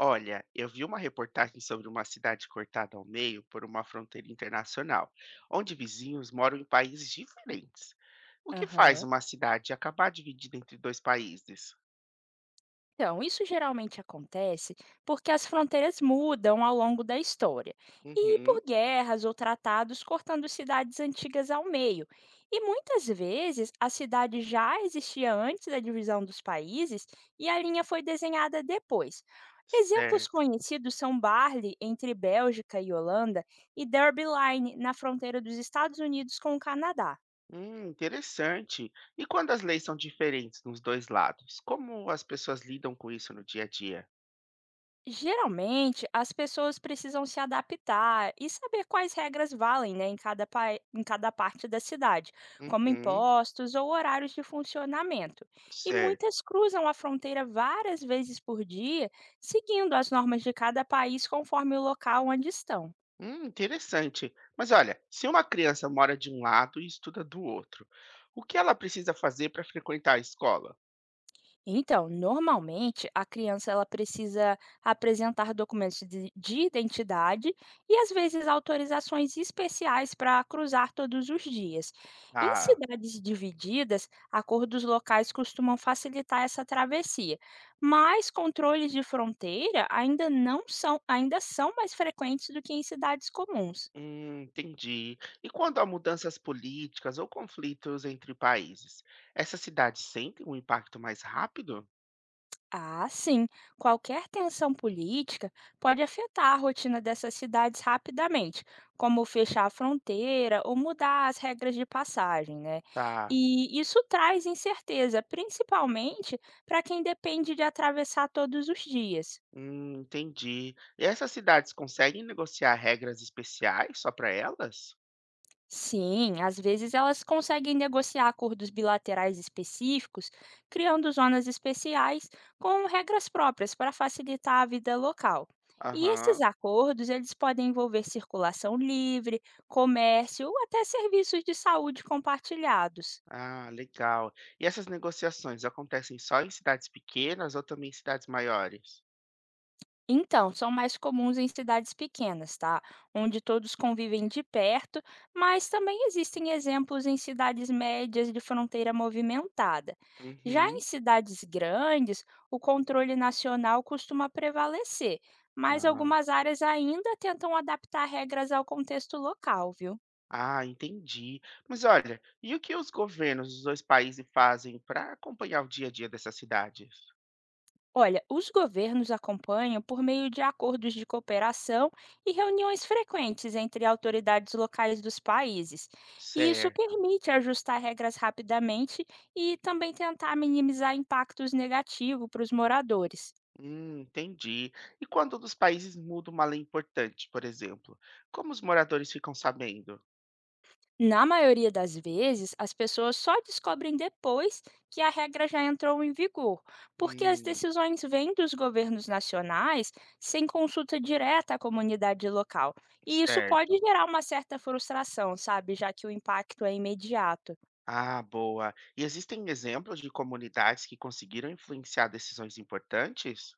Olha, eu vi uma reportagem sobre uma cidade cortada ao meio por uma fronteira internacional, onde vizinhos moram em países diferentes. O que faz Aham. uma cidade acabar dividida entre dois países? Então, isso geralmente acontece porque as fronteiras mudam ao longo da história, e Uhum. por guerras ou tratados cortando cidades antigas ao meio. E muitas vezes a cidade já existia antes da divisão dos países e a linha foi desenhada depois. Exemplos Certo. conhecidos são Barley entre Bélgica e Holanda e Derby Line na fronteira dos Estados Unidos com o Canadá. Interessante. E quando as leis são diferentes nos dois lados, como as pessoas lidam com isso no dia a dia? Geralmente, as pessoas precisam se adaptar e saber quais regras valem né, em cada parte da cidade, como Uhum. impostos ou horários de funcionamento. E Certo. muitas cruzam a fronteira várias vezes por dia, seguindo as normas de cada país conforme o local onde estão. Interessante. Mas olha, se uma criança mora de um lado e estuda do outro, o que ela precisa fazer para frequentar a escola? Então, normalmente a criança ela precisa apresentar documentos de identidade e às vezes autorizações especiais para cruzar todos os dias. Em Tá. cidades divididas, acordos locais costumam facilitar essa travessia, mas controles de fronteira ainda não são, ainda são mais frequentes do que em cidades comuns. Hum, entendi. E quando há mudanças políticas ou conflitos entre países, essas cidades sentem um impacto mais rápido? Ah, sim. Qualquer tensão política pode afetar a rotina dessas cidades rapidamente, como fechar a fronteira ou mudar as regras de passagem, né? Tá. E isso traz incerteza, principalmente para quem depende de atravessar todos os dias. Hum, entendi. E essas cidades conseguem negociar regras especiais só para elas? Sim, às vezes elas conseguem negociar acordos bilaterais específicos, criando zonas especiais com regras próprias para facilitar a vida local. E esses Aham. acordos, eles podem envolver circulação livre, comércio ou até serviços de saúde compartilhados. Ah, legal. E essas negociações acontecem só em cidades pequenas ou também em cidades maiores? Então, são mais comuns em cidades pequenas, tá? Onde todos convivem de perto, mas também existem exemplos em cidades médias de fronteira movimentada. Já em Uhum. cidades grandes, o controle nacional costuma prevalecer, mas Ah. algumas áreas ainda tentam adaptar regras ao contexto local, viu? Ah, entendi. Mas olha, e o que os governos dos dois países fazem para acompanhar o dia a dia dessas cidades? Olha, os governos acompanham por meio de acordos de cooperação e reuniões frequentes entre autoridades locais dos países. E isso Certo. permite ajustar regras rapidamente e também tentar minimizar impactos negativos para os moradores. Entendi. E quando um dos países muda uma lei importante, por exemplo, como os moradores ficam sabendo? Na maioria das vezes, as pessoas só descobrem depois que a regra já entrou em vigor, porque as Hum. decisões vêm dos governos nacionais sem consulta direta à comunidade local. E isso pode Certo. gerar uma certa frustração, sabe? Já que o impacto é imediato. Ah, boa. E existem exemplos de comunidades que conseguiram influenciar decisões importantes?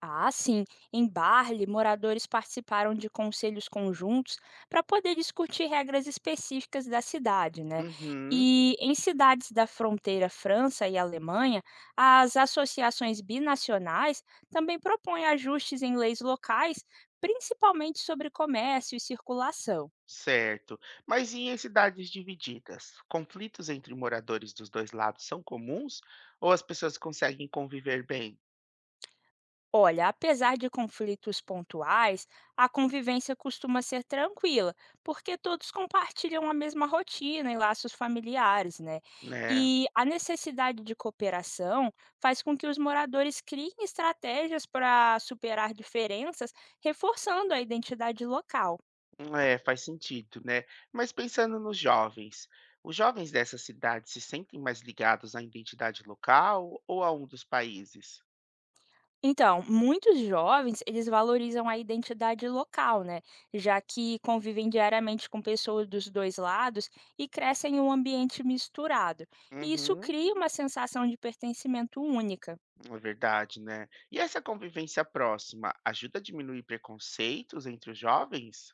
Ah, sim. Em Barle, moradores participaram de conselhos conjuntos para poder discutir regras específicas da cidade, né? Uhum. E em cidades da fronteira França e Alemanha, as associações binacionais também propõem ajustes em leis locais, principalmente sobre comércio e circulação. Certo. Mas e em cidades divididas? Conflitos entre moradores dos dois lados são comuns ou as pessoas conseguem conviver bem? Olha, apesar de conflitos pontuais, a convivência costuma ser tranquila, porque todos compartilham a mesma rotina e laços familiares, né? Né? E a necessidade de cooperação faz com que os moradores criem estratégias para superar diferenças, reforçando a identidade local. É, faz sentido, né? Mas pensando nos jovens, os jovens dessa cidade se sentem mais ligados à identidade local ou a um dos países? Então, muitos jovens, eles valorizam a identidade local, né? Já que convivem diariamente com pessoas dos dois lados e crescem em um ambiente misturado. E isso Uhum. cria uma sensação de pertencimento única. É verdade, né? E essa convivência próxima ajuda a diminuir preconceitos entre os jovens?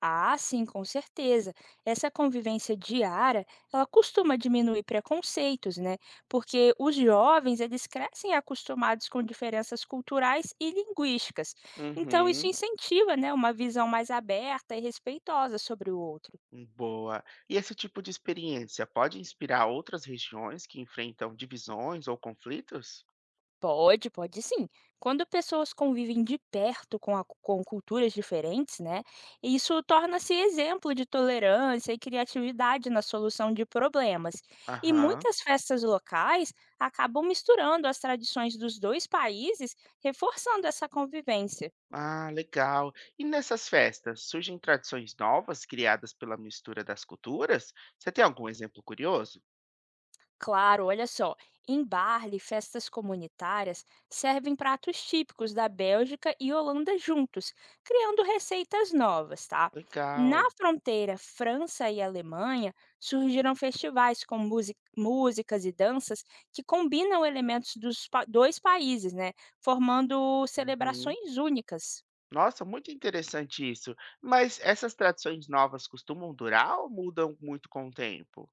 Ah, sim, com certeza. Essa convivência diária, ela costuma diminuir preconceitos, né? Porque os jovens, eles crescem acostumados com diferenças culturais e linguísticas. Então, isso Uhum. incentiva, né, uma visão mais aberta e respeitosa sobre o outro. Boa. E esse tipo de experiência pode inspirar outras regiões que enfrentam divisões ou conflitos? Pode, pode sim. Quando pessoas convivem de perto com culturas diferentes, né? Isso torna-se exemplo de tolerância e criatividade na solução de problemas. E Aham. muitas festas locais acabam misturando as tradições dos dois países, reforçando essa convivência. Ah, legal. E nessas festas, surgem tradições novas criadas pela mistura das culturas? Você tem algum exemplo curioso? Claro, olha só. Em Barle, festas comunitárias servem pratos típicos da Bélgica e Holanda juntos, criando receitas novas, tá? Na Legal. fronteira França e Alemanha, surgiram festivais com músicas e danças que combinam elementos dois países, né? Formando Uhum. celebrações únicas. Nossa, muito interessante isso. Mas essas tradições novas costumam durar ou mudam muito com o tempo?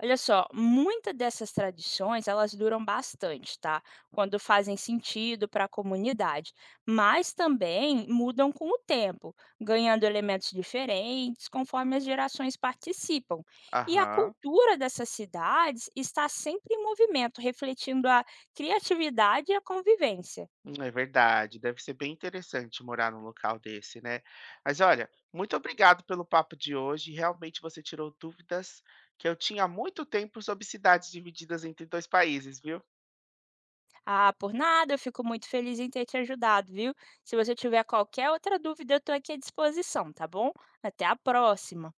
Olha só, muitas dessas tradições, elas duram bastante, tá? Quando fazem sentido para a comunidade, mas também mudam com o tempo, ganhando elementos diferentes conforme as gerações participam. E a Aham. cultura dessas cidades está sempre em movimento, refletindo a criatividade e a convivência. É verdade, deve ser bem interessante morar num local desse, né. Mas olha, muito obrigado pelo papo de hoje, realmente você tirou dúvidas que eu tinha há muito tempo sobre cidades divididas entre 2 países, viu. Ah, por nada, eu fico muito feliz em ter te ajudado, viu? Se você tiver qualquer outra dúvida, eu estou aqui à disposição, tá bom? Até a próxima.